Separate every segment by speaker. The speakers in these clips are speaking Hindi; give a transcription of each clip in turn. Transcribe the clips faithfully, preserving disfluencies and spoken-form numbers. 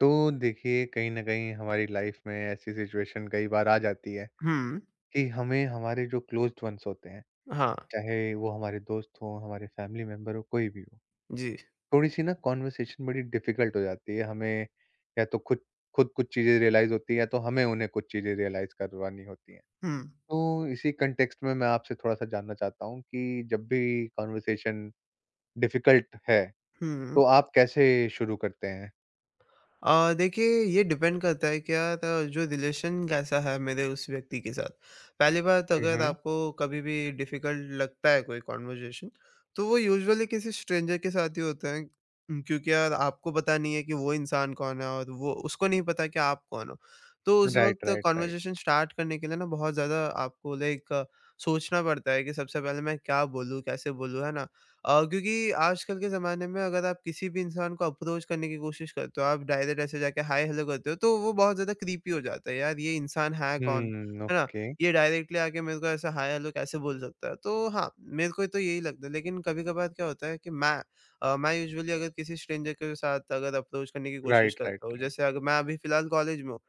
Speaker 1: तो देखिए कहीं न कहीं हमारी लाइफ में ऐसी सिचुएशन कई बार आ जाती है
Speaker 2: हुँ,
Speaker 1: कि हमें हमारे जो क्लोज़्ड वन्स होते हैं,
Speaker 2: हाँ,
Speaker 1: चाहे वो हमारे दोस्त हों, हमारे फैमिली मेंबर हो, कोई भी हो,
Speaker 2: जी।
Speaker 1: थोड़ी-सी ना कन्वर्सेशन बड़ी डिफ़िकल्ट हो जाती है। हमें या तो खुद खुद कुछ चीज़ें रियलाइज़ होती हैं या तो हमें उन्हें कुछ चीज़ें रियलाइज़ करवानी होती हैं।
Speaker 2: हुँ,
Speaker 1: तो इसी कॉन्टेक्स्ट में मैं आपसे थोड़ा-सा जानना चाहता हूँ कि जब भी कन्वर्सेशन डिफ़िकल्ट है,
Speaker 2: हुँ।
Speaker 1: तो आप कैसे शुरू करते हैं?
Speaker 2: अ, देखिए, ये डिपेंड करता है क्या त जो रिलेशन कैसा है मेरे उस व्यक्ति के साथ। पहली बात,
Speaker 1: हुँ,
Speaker 2: अगर
Speaker 1: हुँ।
Speaker 2: आपको कभी भी डिफ़िकल्ट लगता है कोई कन्वर्सेशन, तो वो यूजुअली किसी स्ट्रेंजर के साथ ही होता है। उम, क्योंकि यार, आपको पता नहीं है कि वो इंसान कौन है, और वो उसको नहीं पता कि आप कौन हो। तो उस
Speaker 1: राइट,
Speaker 2: वक़्त
Speaker 1: राइट, राइट।
Speaker 2: कन्वर्सेशन स्टार्ट करने के लिए ना बहुत ज़्यादा आपको लाइक सोचना पड़ता है कि सबसे पहले मैं क्या बोलूँ, कैसे बोलूँ, है ना? अ, क्योंकि आजकल के ज़माने में, अगर आप किसी भी इंसान को अप्रोच करने की कोशिश करते हो, आप डायरेक्ट ऐसे जाके हाय हेलो करते हो, तो वो बहुत ज़्यादा क्रीपी हो जाता है, यार ये इंसान है कौन?
Speaker 1: हुँ,
Speaker 2: है ना?
Speaker 1: ओके।
Speaker 2: ये डायरेक्टली आके मेरे को ऐसा हाय हेलो कैसे बोल सकता है? तो हाँ, मेरे को तो यही लगता है। लेकिन कभी-कभार क्या होता है कि मैं अ, मैं यूजुअली, अगर किसी स्ट्रेंजर के साथ अगर अप्रोच करने की कोशिश
Speaker 1: राइट, राइट,
Speaker 2: करता हूँ,
Speaker 1: राइट।
Speaker 2: जैसे अगर मैं अभी फिलहाल कॉलेज में हूँ,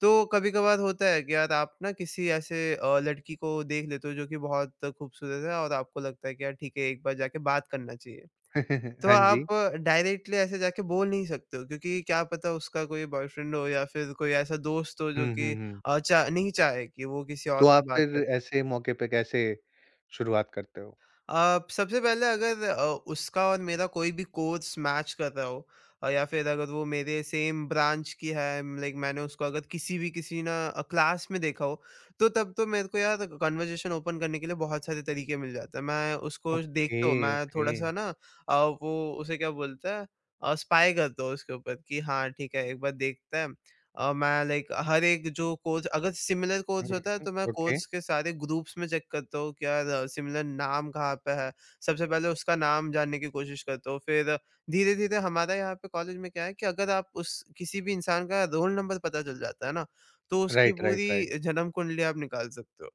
Speaker 2: तो कभी-कभार होता है कि यार, आप ना किसी ऐसे अ, लड़की को देख लेते हो जो कि बहुत खूबसूरत है, और आपको लगता है कि यार ठीक है, एक बार जाके बात करना चाहिए। तो
Speaker 1: हाँ जी।
Speaker 2: आप डायरेक्टली ऐसे जाके बोल नहीं सकते हो, क्योंकि क्या पता उसका कोई बॉयफ्रेंड हो, या फिर कोई ऐसा दोस्त हो जो
Speaker 1: हुँ, हुँ,
Speaker 2: कि
Speaker 1: हुँ।
Speaker 2: अ, चा नहीं चाहे कि वो किसी और
Speaker 1: तो आप
Speaker 2: से बात
Speaker 1: फिर
Speaker 2: करे।
Speaker 1: ऐसे मौके पे कैसे शुरुआत करते हो?
Speaker 2: अ, सबसे पहले, अगर अ, उसका और मेरा कोई भी कोर्स मैच कर रहा हो, अ, या फिर अगर वो मेरे सेम ब्रांच की है, लाइक मैंने उसको अगर किसी भी किसी ना क्लास में देखा हो, तो तब तो मेरे को यार कन्वर्जेशन ओपन करने के लिए बहुत सारे तरीके मिल जाते हैं। मैं उसको
Speaker 1: ओके,
Speaker 2: देखता हूँ, मैं
Speaker 1: ओके।
Speaker 2: थोड़ा सा ना अ, वो उसे क्या बोलता है, स्पाई करता हूँ उसके ऊपर कि हाँ ठीक है, एक बार देखता है। अ, मैं लाइक हर एक जो कोर्स, अगर सिमिलर
Speaker 1: हुँ,
Speaker 2: कोर्स होता है,
Speaker 1: हुँ,
Speaker 2: तो मैं
Speaker 1: ओके।
Speaker 2: कोर्स के सारे ग्रुप्स में चेक करता हूँ कि यार सिमिलर नाम कहाँ पे है। सबसे पहले उसका नाम जानने की कोशिश करता हूँ, फिर धीरे धीरे। हमारा यहाँ पे कॉलेज में क्या है कि अगर आप उस किसी भी इंसान का रोल नंबर पता चल जाता है ना, तो उसकी
Speaker 1: राइट, राइट,
Speaker 2: पूरी
Speaker 1: राइट।
Speaker 2: जन्म कुंडली आप निकाल सकते हो।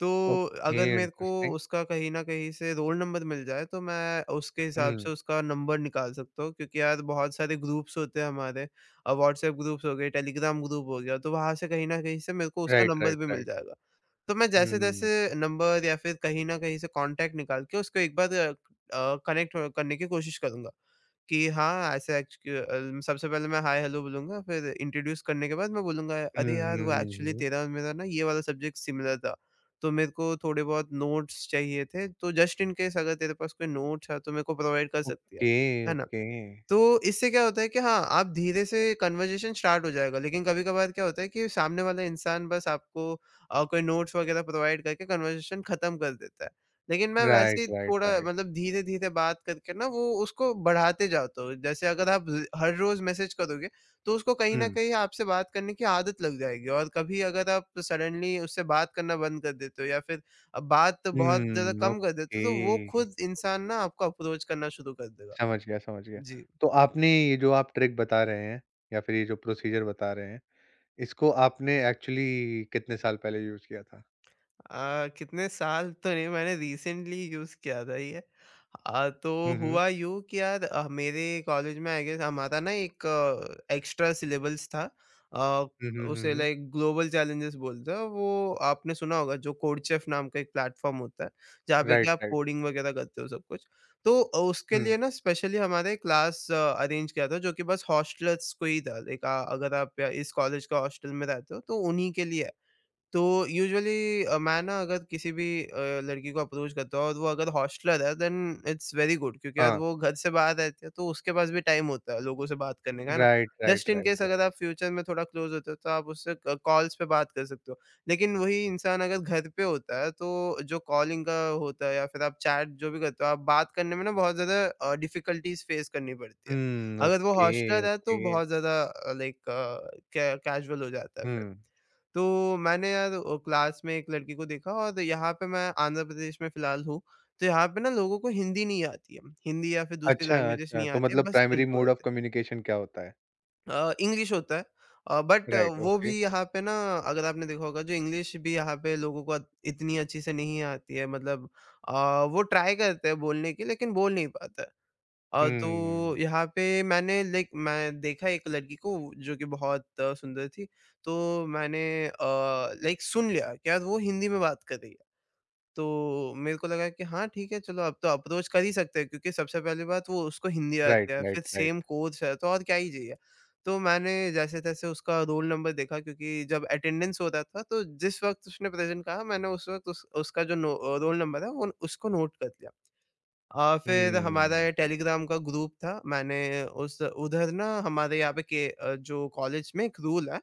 Speaker 2: तो
Speaker 1: ओके,
Speaker 2: अगर मेरे को
Speaker 1: इंटरेस्टिंग।
Speaker 2: उसका कहीं न कहीं से रोल नंबर मिल जाए, तो मैं उसके हिसाब
Speaker 1: हुँ।
Speaker 2: से उसका नंबर निकाल सकता हूँ, क्योंकि यार बहुत सारे ग्रुप्स होते हैं हमारे। अ, व्हाट्सएप ग्रुप्स हो गए, टेलीग्राम ग्रुप हो गया, तो वहाँ से कहीं न कहीं से मेरे को उसका
Speaker 1: राइट,
Speaker 2: नंबर
Speaker 1: राइट,
Speaker 2: भी मिल
Speaker 1: राइट।
Speaker 2: जाएगा। तो मैं
Speaker 1: हुँ।
Speaker 2: जैसे-तैसे नंबर या फिर कहीं न कहीं से कॉन्टैक्ट निकाल के उसको एक बार अ, कनेक्ट करने की कोशिश करूँगा। कि हाँ, ऐसे एक्चुअल सबसे पहले मैं हाय हेलो बोलूँगा, फिर इंट्रोड्यूस करने के बाद मैं बोलूँगा,
Speaker 1: हुँ,
Speaker 2: "अरे
Speaker 1: हुँ,
Speaker 2: यार, वो
Speaker 1: हुँ,
Speaker 2: एक्चुअली
Speaker 1: हुँ।
Speaker 2: तेरा और मेरा ना ये वाला सब्जेक्ट सिमिलर था, तो मेरे को थोड़े बहुत नोट्स चाहिए थे, तो जस्ट इन केस अगर तेरे पास कोई नोट्स है, तो मेरे को प्रोवाइड कर सकती है।"
Speaker 1: ओके,
Speaker 2: है ना?
Speaker 1: ओके।
Speaker 2: तो इससे क्या होता है कि हाँ, आप धीरे से कन्वर्सेशन स्टार्ट हो जाएगा। लेकिन कभी-कभार क्या होता है कि सामने वाला इंसान बस आपको अ, कोई नोट्स वगैरह प्रोवाइड करके कन्वर्सेशन खत्म कर देता है। लेकिन मैं वैसे
Speaker 1: राइट,
Speaker 2: ही
Speaker 1: राइट,
Speaker 2: थोड़ा,
Speaker 1: राइट।
Speaker 2: मतलब धीरे-धीरे बात करके ना, वो उसको बढ़ाते जाता हूँ। जैसे अगर आप र हर रोज़ मैसेज करोगे, तो उसको कहीं न
Speaker 1: हुँ।
Speaker 2: कहीं आपसे बात करने की आदत लग जाएगी, और कभी अगर आप सडनली उससे बात करना बंद कर देते हो, या फिर अ, बात बहुत ज़्यादा
Speaker 1: हुँ,
Speaker 2: कम कर देते हो,
Speaker 1: ओके।
Speaker 2: तो वो खुद इंसान ना आपको अप्रोच करना शुरू कर देगा।
Speaker 1: समझ गया, समझ गया।
Speaker 2: जी।
Speaker 1: तो आपने ये जो आप ट्रिक बता रहे हैं या फिर ये जो प्रोसीजर बता रहे हैं इसको आपने एक्चुअली कितने साल पहले यूज़ किया था?
Speaker 2: अ, कितने साल तो नहीं, मैंने रिसेंटली यूज़ किया था ये। अ, तो
Speaker 1: हुँ, हुँ।
Speaker 2: हुआ यूँ कि यार, अ, मेरे कॉलेज में आई गेस हमारा ना एक एक्स्ट्रा सिलेबस था। अ,
Speaker 1: हुँ, हुँ, हुँ,
Speaker 2: उसे
Speaker 1: हुँ।
Speaker 2: लाइक ग्लोबल चैलेंजेस बोलते हैं। वो, आपने सुना होगा जो कोडचेफ नाम का एक प्लेटफ़ॉर्म होता है, जहाँ पे कि
Speaker 1: राइट,
Speaker 2: आप
Speaker 1: राइट।
Speaker 2: कोडिंग वग़ैरह करते हो सब कुछ। तो अ, उसके
Speaker 1: हुँ,
Speaker 2: लिए ना स्पेशली हमारे क्लास अरेंज किया था, जो कि बस हॉस्टलर्स को ही था। लाइक अ, अगर आप या- इस कॉलेज का हॉस्टल में रहते हो, तो उन्हीं के लिए है। तो यूजुअली अ, मैं ना अगर किसी भी अ, लड़की को अप्रोच करता हूँ, और वो अगर हॉस्टलर है, देन इट्स वेरी गुड, क्योंकि यार
Speaker 1: हाँ।
Speaker 2: वो घर से बाहर रहती है, तो उसके पास भी टाइम होता है लोगों से बात करने का, है ना?
Speaker 1: Right,
Speaker 2: just
Speaker 1: right,
Speaker 2: in
Speaker 1: right,
Speaker 2: case अगर
Speaker 1: राइट।
Speaker 2: आप फ्यूचर में थोड़ा क्लोज होते हो, तो आप उससे कॉल्स पे बात कर सकते हो। लेकिन वही इंसान अगर घर पे होता है, तो जो कॉलिंग का होता है या फिर आप चैट जो भी करते हो, आप बात करने में ना बहुत ज़्यादा डिफिकल्टीज फेस करनी पड़ती है।
Speaker 1: हुँ,
Speaker 2: अगर वो
Speaker 1: ओके,
Speaker 2: हॉस्टलर है, तो
Speaker 1: ओके।
Speaker 2: बहुत ज़्यादा लाइक कैजुअल हो जाता है फिर।
Speaker 1: हुँ।
Speaker 2: तो मैंने यार अ, क्लास में एक लड़की को देखा, और यहाँ पे मैं आंध्र प्रदेश में फ़िलहाल हूँ, तो यहाँ पे ना लोगों को हिंदी नहीं आती है। हिंदी या फिर दूसरी
Speaker 1: अच्छा,
Speaker 2: लैंग्वेजेज़
Speaker 1: अच्छा,
Speaker 2: नहीं
Speaker 1: तो
Speaker 2: आती है,
Speaker 1: मतलब
Speaker 2: बस
Speaker 1: प्राइमरी
Speaker 2: तेलुगु
Speaker 1: मोड ऑफ
Speaker 2: आते हैं।
Speaker 1: कम्युनिकेशन क्या होता है?
Speaker 2: अ, इंग्लिश होता है, अ, बट
Speaker 1: राइट,
Speaker 2: वो भी
Speaker 1: ओके।
Speaker 2: यहाँ पे ना, अगर आपने देखा होगा, जो इंग्लिश भी यहाँ पे लोगों को अत- इतनी अच्छी से नहीं आती है, मतलब अ, वो ट्राई करते हैं बोलने की, लेकिन बोल नहीं पाते। अ, तो
Speaker 1: हुँ।
Speaker 2: यहाँ पे मैंने लाइक मैं देखा एक लड़की को, जो कि बहुत अ, सुंदर थी, तो मैंने अ, लाइक सुन लिया कि यार वो हिंदी में बात कर रही है। तो मेरे को लगा कि हाँ, ठीक है चलो, अब तो अप्रोच कर ही सकते हैं, क्योंकि सबसे पहली बात, वो उसको हिंदी आती
Speaker 1: राइट,
Speaker 2: है, फिर
Speaker 1: राइट,
Speaker 2: सेम
Speaker 1: राइट।
Speaker 2: कोर्स है, तो और क्या ही चाहिए। तो मैंने जैसे-तैसे उसका रोल नंबर देखा, क्योंकि जब अटेंडेंस हो रहा था, तो जिस वक़्त उसने प्रेज़ेंट कहा, मैंने उस वक़्त उस उसका जो नो अ, रोल नंबर है वो उसको नोट कर लिया। अ, फिर हमारा
Speaker 1: हुँ।
Speaker 2: ये टेलीग्राम का ग्रुप था, मैंने उस उधर ना हमारे यहाँ पे के अ, जो कॉलेज में एक रूल है,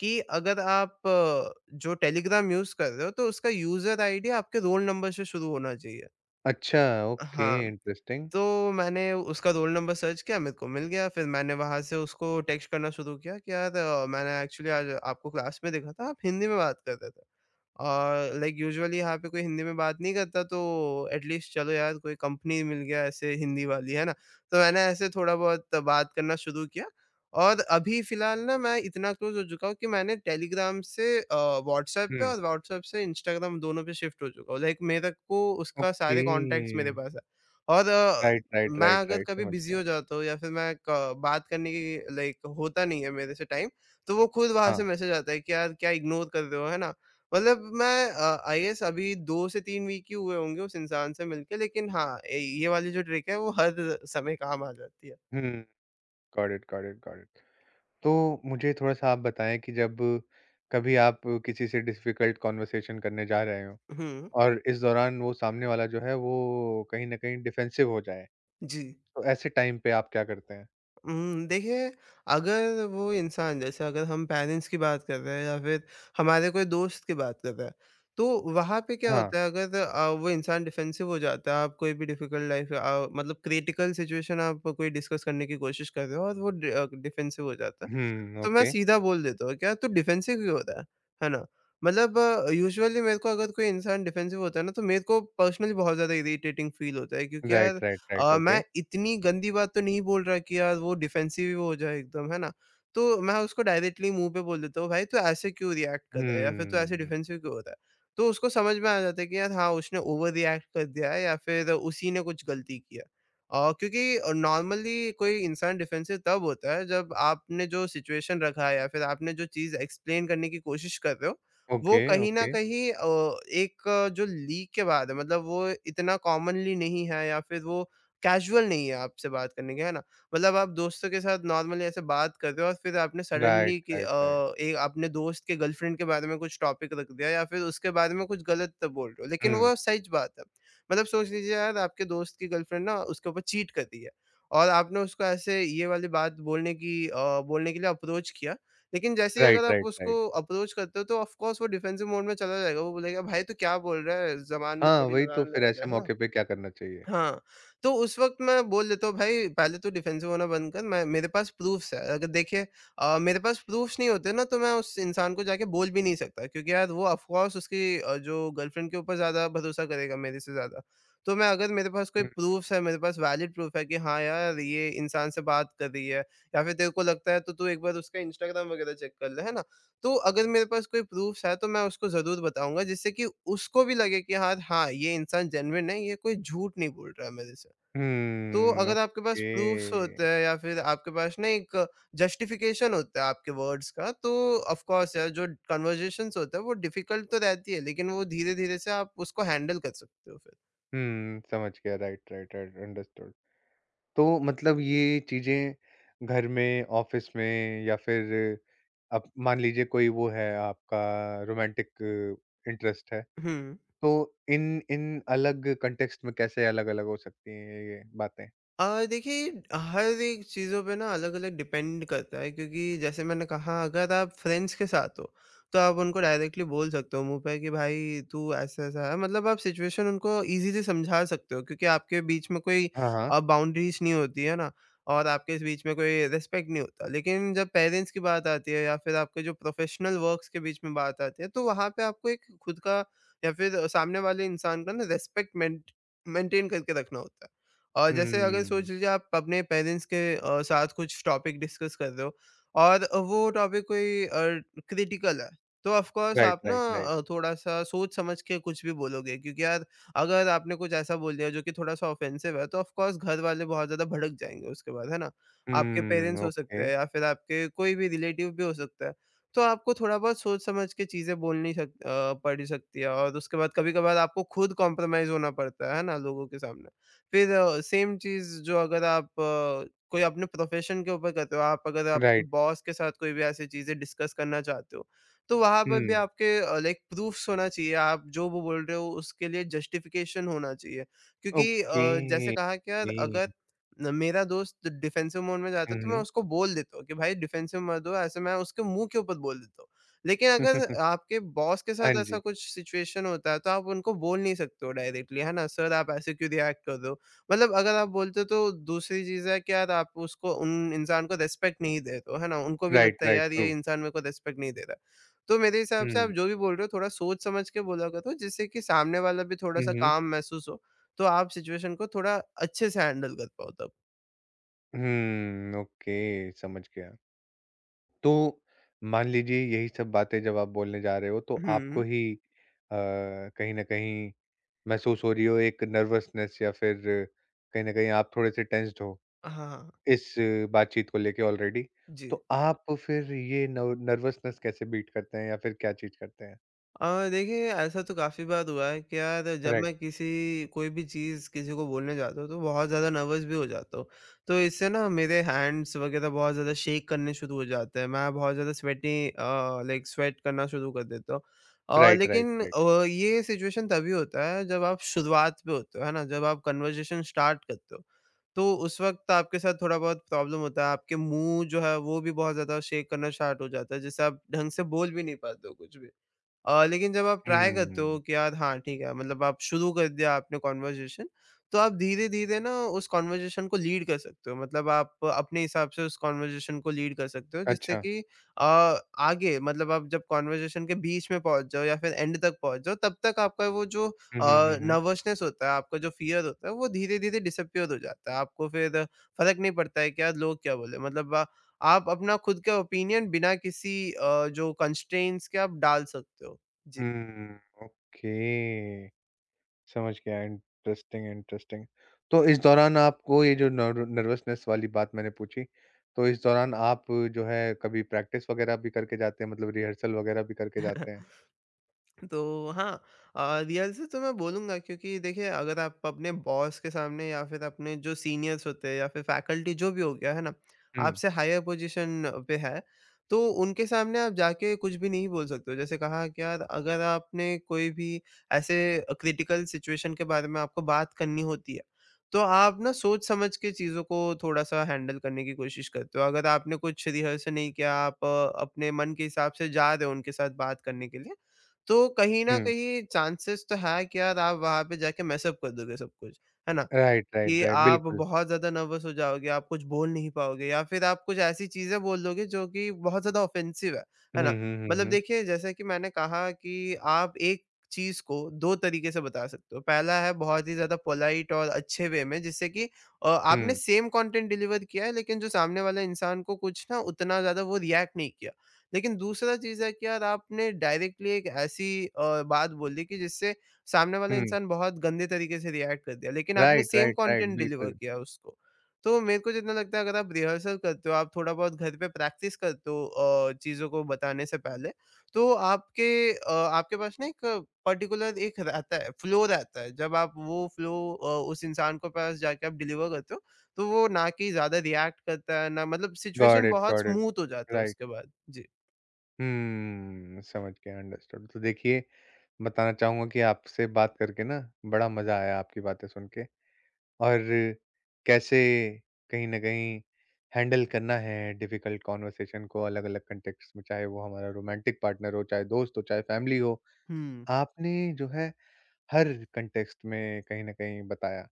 Speaker 2: कि अगर आप अ, जो टेलीग्राम यूज़ कर रहे हो, तो उसका यूज़र आईडी आपके रोल नंबर से शुरू होना चाहिए।
Speaker 1: अच्छा, ओके,
Speaker 2: हाँ,
Speaker 1: इंटरेस्टिंग।
Speaker 2: तो मैंने उसका रोल नंबर सर्च किया, मेरे को मिल गया, फिर मैंने वहाँ से उसको टेक्स्ट करना शुरू किया कि यार, अ, मैंने एक्चुअली आज आपको क्लास में देखा था, आप हिंदी में बात कर रहे थे। और लाइक यूजुअली यहाँ पे कोई हिंदी में बात नहीं करता, तो एटलीस्ट चलो यार, कोई कंपनी मिल गया ऐसे हिंदी वाली, है ना? तो मैंने ऐसे थोड़ा बहुत बात करना शुरू किया, और अभी फ़िलहाल ना मैं इतना क्लोज़ हो चुका हूँ कि मैंने टेलीग्राम से अ, व्हाट्सएप पे,
Speaker 1: हुँ,
Speaker 2: और व्हाट्सएप से इंस्टाग्राम, दोनों पे शिफ्ट हो चुका हूँ। लाइक मेरे को उसका
Speaker 1: ओके।
Speaker 2: सारे कॉन्टैक्ट्स मेरे पास है। और अ,
Speaker 1: राइट, राइट,
Speaker 2: मैं
Speaker 1: राइट,
Speaker 2: अगर
Speaker 1: राइट,
Speaker 2: कभी
Speaker 1: समझ
Speaker 2: बिज़ी
Speaker 1: गया।
Speaker 2: हो जाता हूँ, या फिर मैं क बात करने की, लाइक होता नहीं है मेरे से टाइम, तो वो खुद वहाँ से
Speaker 1: हाँ।
Speaker 2: मैसेज आता है कि यार क्या इग्नोर कर रहे हो, है ना? मतलब मैं अ, आई गेस अभी दो से तीन वीक ही हुए होंगे उस इंसान से मिलके, लेकिन हाँ, ए ये वाली जो ट्रिक है वो हर समय काम आ जाती है।
Speaker 1: हुँ, got it, got it, got it. तो मुझे थोड़ा-सा आप बताएँ कि जब कभी आप किसी से डिफ़िकल्ट कन्वर्सेशन करने जा रहे हों
Speaker 2: हुँ,
Speaker 1: और इस दौरान वो सामने वाला जो है वो कहीं न कहीं डिफेंसिव हो जाए,
Speaker 2: जी।
Speaker 1: तो ऐसे टाइम पे आप क्या करते हैं?
Speaker 2: उम, देखिए, अगर वो इंसान, जैसे अगर हम पेरेंट्स की बात कर रहे हैं, या फिर हमारे कोई दोस्त की बात कर रहे हैं, तो वहाँ पे क्या
Speaker 1: हाँ।
Speaker 2: होता है, अगर अ, वो इंसान डिफेंसिव हो जाता है, आप कोई भी डिफिकल्ट लाइफ़, अ, मतलब क्रिटिकल सिचुएशन आप कोई डिस्कस करने की कोशिश कर रहे हो, और वो डि अ, डिफेंसिव हो जाता है।
Speaker 1: हुँ,
Speaker 2: तो मैं
Speaker 1: ओके।
Speaker 2: सीधा बोल देता हूँ, "क्या तू डिफेंसिव क्यों हो रहा है?" है ना? मतलब यूजुअली मेरे को अगर कोई इंसान डिफेंसिव होता है ना, तो मेरे को पर्सनली बहुत ज़्यादा इरिटेटिंग फ़ील होता है, क्योंकि
Speaker 1: राइट,
Speaker 2: यार,
Speaker 1: राइट, राइट,
Speaker 2: अ,
Speaker 1: ओके।
Speaker 2: मैं इतनी गंदी बात तो नहीं बोल रहा कि यार वो डिफेंसिव ही हो जाए एकदम, है ना? तो मैं उसको डायरेक्टली मुँह पे बोल देता हूँ, "भाई तू ऐसे क्यों रिएक्ट कर रहा है, या फिर तू ऐसे
Speaker 1: हुँ।
Speaker 2: डिफेंसिव क्यों हो रहा है?" तो उसको समझ में आ जाता है कि यार हाँ, उसने ओवर रिएक्ट कर दिया है, या फिर उसी ने कुछ गलती किया। अ, क्योंकि नॉर्मली कोई इंसान डिफेंसिव तब होता है, जब आपने जो सिचुएशन रखा है, या फिर आपने जो चीज़ एक्सप्लेन करने की कोशिश कर रहे हो, वो
Speaker 1: ओके,
Speaker 2: कहीं न
Speaker 1: ओके।
Speaker 2: कहीं अ, एक अ, जो लीक के बाद है, मतलब वो इतना कॉमनली नहीं है, या फिर वो कैजुअल नहीं है आपसे बात करने के, है ना? मतलब आप दोस्तों के साथ नॉर्मली ऐसे बात कर रहे हो और फिर आपने
Speaker 1: राइट,
Speaker 2: सडनली कि
Speaker 1: राइट, राइट।
Speaker 2: अ, एक अपने दोस्त के गर्लफ्रेंड के बारे में कुछ टॉपिक रख दिया या फिर उसके बारे में कुछ गलत बोल रहे हो, लेकिन
Speaker 1: हुँ।
Speaker 2: वो सच बात है। मतलब सोच लीजिए यार आपके दोस्त की गर्लफ्रेंड ना उसके ऊपर चीट कर रही है और आपने उसको ऐसे ये वाली बात बोलने की अ, बोलने के लिए अप्रोच किया लेकिन जैसे ही
Speaker 1: राइट,
Speaker 2: अगर आप
Speaker 1: राइट,
Speaker 2: उसको
Speaker 1: राइट।
Speaker 2: अप्रोच करते हो तो ऑफ कोर्स वो डिफेंसिव मोड में चला जाएगा। वो बोलेगा, भाई तू क्या बोल रहा है, जबान में
Speaker 1: हाँ,
Speaker 2: थोड़ी
Speaker 1: वही तो
Speaker 2: लगान
Speaker 1: फिर
Speaker 2: लगा ले,
Speaker 1: ऐसे
Speaker 2: है ना।
Speaker 1: मौके पे क्या करना चाहिए?
Speaker 2: हाँ, तो उस वक़्त मैं बोल देता हूँ, भाई पहले तो डिफेंसिव होना बंद कर, मैं मेरे पास प्रूफ्स है। अगर देखिए अ, मेरे पास प्रूफ्स नहीं होते ना तो मैं उस इंसान को जाके बोल भी नहीं सकता क्योंकि यार वो ऑफ कोर्स उसकी अ, जो गर्लफ्रेंड के ऊपर ज़्यादा भरोसा करेगा मेरे से ज़्यादा। तो मैं अगर मेरे पास कोई
Speaker 1: हुँ।
Speaker 2: प्रूफ्स है, मेरे पास वैलिड प्रूफ है कि हाँ यार ये इंसान से बात कर रही है या फिर तेरे को लगता है तो तू एक बार उसका इंस्टाग्राम वगैरह चेक कर ले, है ना। तो अगर मेरे पास कोई प्रूफ़्स है, तो मैं उसको ज़रूर बताऊँगा जिससे कि उसको भी लगे कि यार हाँ, ये इंसान जेन्युइन है, ये कोई झूठ नहीं बोल रहा है मेरे से। तो
Speaker 1: हुँ,
Speaker 2: अगर आपके पास प्रूफ़्स होते
Speaker 1: ओके।
Speaker 2: हैं या फिर आपके पास ना एक जस्टिफ़िकेशन होता है आपके वर्ड्स का, तो ऑफ़ कोर्स यार जो कन्वर्सेशंस होते हैं वो डिफ़िकल्ट तो रहती है, लेकिन वो धीरे-धीरे से आप उसको हैंडल कर सकते हो फिर।
Speaker 1: हुँ, समझ गया। Right, right, right, understood. तो मतलब ये चीज़ें घर में, ऑफिस में या फिर अब मान लीजिए कोई वो है आपका रोमांटिक इंटरेस्ट है,
Speaker 2: हुँ।
Speaker 1: तो इन इन अलग कॉन्टेक्स्ट में कैसे अलग-अलग हो सकती हैं ये ये बातें?
Speaker 2: अ, देखिए हर एक चीज़ों पे ना अलग-अलग डिपेंड करता है क्योंकि जैसे मैंने कहा अगर आप फ्रेंड्स के साथ हो, तो आप उनको डायरेक्टली बोल सकते हो मुँह पे कि भाई तू ऐसा-ऐसा है। मतलब आप सिचुएशन उनको ईज़िली समझा सकते हो क्योंकि आपके बीच में कोई
Speaker 1: हाँ, हाँ।
Speaker 2: अ, बाउंड्रीज़ नहीं होती है ना और आपके इस बीच में कोई रिस्पेक्ट नहीं होता। लेकिन जब पेरेंट्स की बात आती है या फिर आपके जो प्रोफ़ेशनल वर्क्स के बीच में बात आती है तो वहाँ पे आपको एक खुद का या फिर सामने वाले इंसान का ना रिस्पेक्ट मेंट मेंटेन करके रखना होता है। और जैसे अगर सोच
Speaker 1: हुँ।
Speaker 2: लीजिए आप अपने पेरेंट्स के अ, साथ कुछ टॉपिक डिस्कस कर रहे हो और वो टॉपिक कोई क्रिटिकल है तो ऑफ कोर्स
Speaker 1: राइट,
Speaker 2: आप ना
Speaker 1: राइट, राइट।
Speaker 2: अ, थोड़ा सा सोच समझ के कुछ भी बोलोगे क्योंकि यार अगर आपने कुछ ऐसा बोल दिया जो कि थोड़ा सा ऑफेंसिव है तो ऑफ कोर्स घर वाले बहुत ज़्यादा भड़क जाएंगे उसके बाद, है ना। आपके पेरेंट्स
Speaker 1: हुँ,
Speaker 2: हो सकते
Speaker 1: ओके।
Speaker 2: हैं या फिर आपके कोई भी रिलेटिव भी हो सकता है। तो आपको थोड़ा बहुत सोच समझ के चीज़ें बोलनी सक अ, पड़ सकती है और उसके बाद कभी कभार आपको खुद कॉम्प्रोमाइज़ होना पड़ता है है ना, लोगों के सामने। फिर अ, सेम चीज़ जो अगर आप अ, कोई अपने प्रोफ़ेशन के ऊपर करते हो, आप अगर आपके
Speaker 1: राइट।
Speaker 2: बॉस के साथ कोई भी ऐसी चीज़ें डिस्कस करना चाहते हो, तो वहाँ पर भी
Speaker 1: हुँ,
Speaker 2: आपके अ, लाइक प्रूफ्स होना चाहिए, आप जो वो बोल रहे हो उसके लिए जस्टिफ़िकेशन होना चाहिए। क्योंकि
Speaker 1: ओके।
Speaker 2: अ, जैसे कहा कि यार अगर
Speaker 1: ओके।
Speaker 2: न मेरा दोस्त डिफेंसिव मोड में जाता है,
Speaker 1: हुँ,
Speaker 2: तो मैं
Speaker 1: हुँ।
Speaker 2: उसको बोल देता हूँ कि भाई डिफेंसिव मत हो, ऐसे मैं उसके मुँह के ऊपर बोल देता हूँ। लेकिन अगर आपके बॉस के
Speaker 1: हाँ
Speaker 2: साथ ऐसा
Speaker 1: जी।
Speaker 2: कुछ सिचुएशन होता है, तो आप उनको बोल नहीं सकते हो डायरेक्टली, है ना। सर आप ऐसे क्यों रिएक्ट कर रहे हो? मतलब अगर आप बोलते हो तो दूसरी चीज़ है कि यार आप उसको उन इंसान को रिस्पेक्ट नहीं दे रहे हो, है ना। उनको भी
Speaker 1: राइट,
Speaker 2: लगता है
Speaker 1: राइट,
Speaker 2: यार ये
Speaker 1: ट्रू।
Speaker 2: इंसान मेरे को रिस्पेक्ट नहीं दे रहा। तो मेरे हिसाब से आप
Speaker 1: हुँ।
Speaker 2: जो भी बोल रहे हो थोड़ा सोच समझ के बोला करो जिससे कि सामने वाला भी
Speaker 1: हुँ,
Speaker 2: थोड़ा-सा
Speaker 1: हुँ।
Speaker 2: काम महसूस हो, तो आप सिचुएशन को थोड़ा अच्छे से हैंडल कर पाओ तब।
Speaker 1: हुँ, ओके, समझ गया। तो मान लीजिए यही सब बातें जब आप बोलने जा रहे हो तो आपको
Speaker 2: हुँ।
Speaker 1: ही अ, कहीं न कहीं महसूस हो रही हो एक नर्वसनेस या फिर कहीं न कहीं आप थोड़े से टेंस्ड हो
Speaker 2: हाँ, हाँ।
Speaker 1: इस बातचीत को लेके ऑलरेडी।
Speaker 2: जी।
Speaker 1: तो आप फिर ये नव नर्वसनेस कैसे बीट करते हैं या फिर क्या चीज़ करते हैं?
Speaker 2: अ, देखिए ऐसा तो काफ़ी बार हुआ है कि यार जब
Speaker 1: राइट,
Speaker 2: मैं किसी कोई भी चीज़ किसी को बोलने जाता हूँ तो बहुत ज़्यादा नर्वस भी हो जाता हूँ। तो इससे ना मेरे हैंड्स वग़ैरह बहुत ज़्यादा शेक करने शुरू हो जाते हैं। मैं बहुत ज़्यादा स्वेटिंग अ, लाइक स्वेट करना शुरू कर देता हूँ। अ,
Speaker 1: राइट, राइट,
Speaker 2: लेकिन
Speaker 1: राइट।
Speaker 2: अ, ये सिचुएशन तभी होता है जब आप शुरुआत पे होते हो, है ना। जब आप कन्वर्सेशन स्टार्ट करते हो। तो उस वक़्त आपके साथ थोड़ा बहुत प्रॉब्लम होता है। आपके मुँह जो है वो भी बहुत ज़्यादा शेक करना स्टार्ट हो जाता है जिससे आप ढंग से बोल भी नहीं पाते हो कुछ भी। अ, लेकिन जब आप ट्राई करते हो
Speaker 1: हुँ,
Speaker 2: कि यार हाँ, ठीक है, मतलब आप शुरू कर दिया आपने कन्वर्सेशन, तो आप धीरे-धीरे ना उस कन्वर्सेशन को लीड कर सकते हो। मतलब आप अपने हिसाब से उस कन्वर्सेशन को लीड कर सकते हो जिससे
Speaker 1: अच्छा।
Speaker 2: कि अ, आगे मतलब आप जब कन्वर्सेशन के बीच में पहुँच जाओ या फिर एंड तक पहुँच जाओ, तब तक आपका वो जो अ,
Speaker 1: हुँ, हुँ, हुँ, हुँ।
Speaker 2: नर्वसनेस होता है, आपका जो फ़ियर होता है, वो धीरे-धीरे डिसअपीयर हो जाता है। आपको फिर फ़र्क नहीं पड़ता है कि यार लोग क्या बोले? मतलब अ, आप अपना खुद का ओपिनियन बिना किसी अ, जो कंस्ट्रेंट्स के आप डाल सकते हो। 就。
Speaker 1: हुँ, ओके। समझ गया। Interesting, interesting. तो इस दौरान आपको ये जो नर नर्वसनेस वाली बात मैंने पूछी, तो इस दौरान आप जो है कभी प्रैक्टिस वगैरह भी करके जाते हैं मतलब रिहर्सल वगैरह भी करके जाते हैं?
Speaker 2: तो हाँ, अ, रियल से तो मैं बोलूँगा क्योंकि देखिए अगर आप अपने बॉस के सामने या फिर अपने जो सीनियर्स होते हैं या फिर फैकल्टी जो भी हो गया है ना,
Speaker 1: हुँ।
Speaker 2: आपसे हायर पोजीशन पे है, तो उनके सामने आप जाके कुछ भी नहीं बोल सकते हो। जैसे कहा कि यार अगर आपने कोई भी ऐसे क्रिटिकल सिचुएशन के बारे में आपको बात करनी होती है, तो आप ना सोच समझ के चीज़ों को थोड़ा-सा हैंडल करने की कोशिश करते हो। अगर आपने कुछ रिहर्सल नहीं किया, आप अ, अपने मन के हिसाब से जा रहे हो उनके साथ बात करने के लिए, तो कहीं न
Speaker 1: हुँ।
Speaker 2: कहीं चांसेस तो है कि यार आप वहाँ पे जाके मेस अप कर दोगे सब कुछ, है ना।
Speaker 1: राइट, राइट,
Speaker 2: कि
Speaker 1: राइट।
Speaker 2: आप
Speaker 1: बिल्कुल।
Speaker 2: बहुत ज़्यादा नर्वस हो जाओगे, आप कुछ बोल नहीं पाओगे या फिर आप कुछ ऐसी चीज़ें बोल दोगे जो कि बहुत ज़्यादा ऑफ़ेंसिव है, है
Speaker 1: हुँ,
Speaker 2: ना।
Speaker 1: हुँ, हुँ,
Speaker 2: मतलब
Speaker 1: हुँ।
Speaker 2: देखिए जैसा कि मैंने कहा कि आप एक चीज़ को दो तरीके से बता सकते हो। पहला है बहुत ही ज़्यादा पोलाइट और अच्छे वे में जिससे कि अ, आपने
Speaker 1: हुँ,
Speaker 2: सेम कंटेंट डिलीवर किया है लेकिन जो सामने वाला इंसान को कुछ ना उतना ज़्यादा वो रिएक्ट नहीं किया। लेकिन दूसरा चीज़ है कि यार आपने डायरेक्टली एक ऐसी अ, बात बोल दी कि जिससे सामने वाला
Speaker 1: हुँ।
Speaker 2: इंसान बहुत गंदे तरीके से रिएक्ट कर दिया, लेकिन आपने
Speaker 1: right,
Speaker 2: same
Speaker 1: right, right.
Speaker 2: Content deliver
Speaker 1: बिल्कुल।
Speaker 2: किया उसको। तो मेरे को जितना लगता है अगर आप रिहर्सल करते हो, आप थोड़ा बहुत घर पे प्रैक्टिस करते हो अ, चीज़ों को बताने से पहले, तो आपके अ, आपके पास ना एक पर्टिकुलर एक रहता है, फ्लो रहता है। जब आप वो फ्लो अ, उस इंसान के पास जाके आप डिलीवर करते हो, तो वो ना कि ज़्यादा रिएक्ट करता है, ना मतलब
Speaker 1: गॉट
Speaker 2: सिचुएशन
Speaker 1: इट,
Speaker 2: बहुत
Speaker 1: गॉट इट।
Speaker 2: स्मूथ हो जाता है
Speaker 1: राइट।
Speaker 2: उसके बाद। जी।
Speaker 1: हम्म, समझ गया, अंडरस्टूड। तो देखिए, बताना चाहूँगा कि आपसे बात करके ना बड़ा मज़ा आया आपकी बातें सुन के। और कैसे कहीं न कहीं हैंडल करना है डिफिकल्ट कॉन्वर्सेशन को अलग-अलग कॉन्टेक्स्ट में, चाहे वो हमारा रोमांटिक पार्टनर हो, चाहे दोस्त हो, चाहे फैमिली हो।
Speaker 2: हुँ।
Speaker 1: आपने जो है हर कॉन्टेक्स्ट में कहीं न कहीं बताया।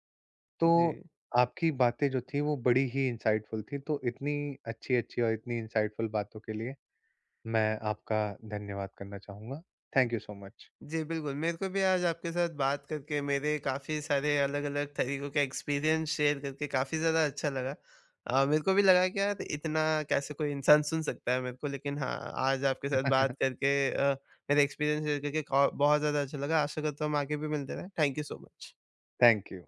Speaker 2: जी।
Speaker 1: तो आपकी बातें जो थी वो बड़ी ही इनसाइटफुल थी, तो इतनी अच्छी-अच्छी और इतनी इनसाइटफुल बातों के लिए मैं आपका धन्यवाद करना चाहूँगा। Thank you so much.
Speaker 2: जी, बिल्कुल। मेरे को भी आज आपके साथ बात करके मेरे काफ़ी सारे अलग-अलग तरीकों के एक्सपीरियंस शेयर करके काफ़ी ज़्यादा अच्छा लगा। अ, मेरे को भी लगा कि यार इतना कैसे कोई इंसान सुन सकता है मेरे को, लेकिन हाँ, आज आपके साथ बात करके अ, मेरे एक्सपीरियंस शेयर करके का बहुत ज़्यादा अच्छा लगा। आशा करता हूँ हम आगे भी मिलते रहें। Thank you so much.
Speaker 1: Thank you.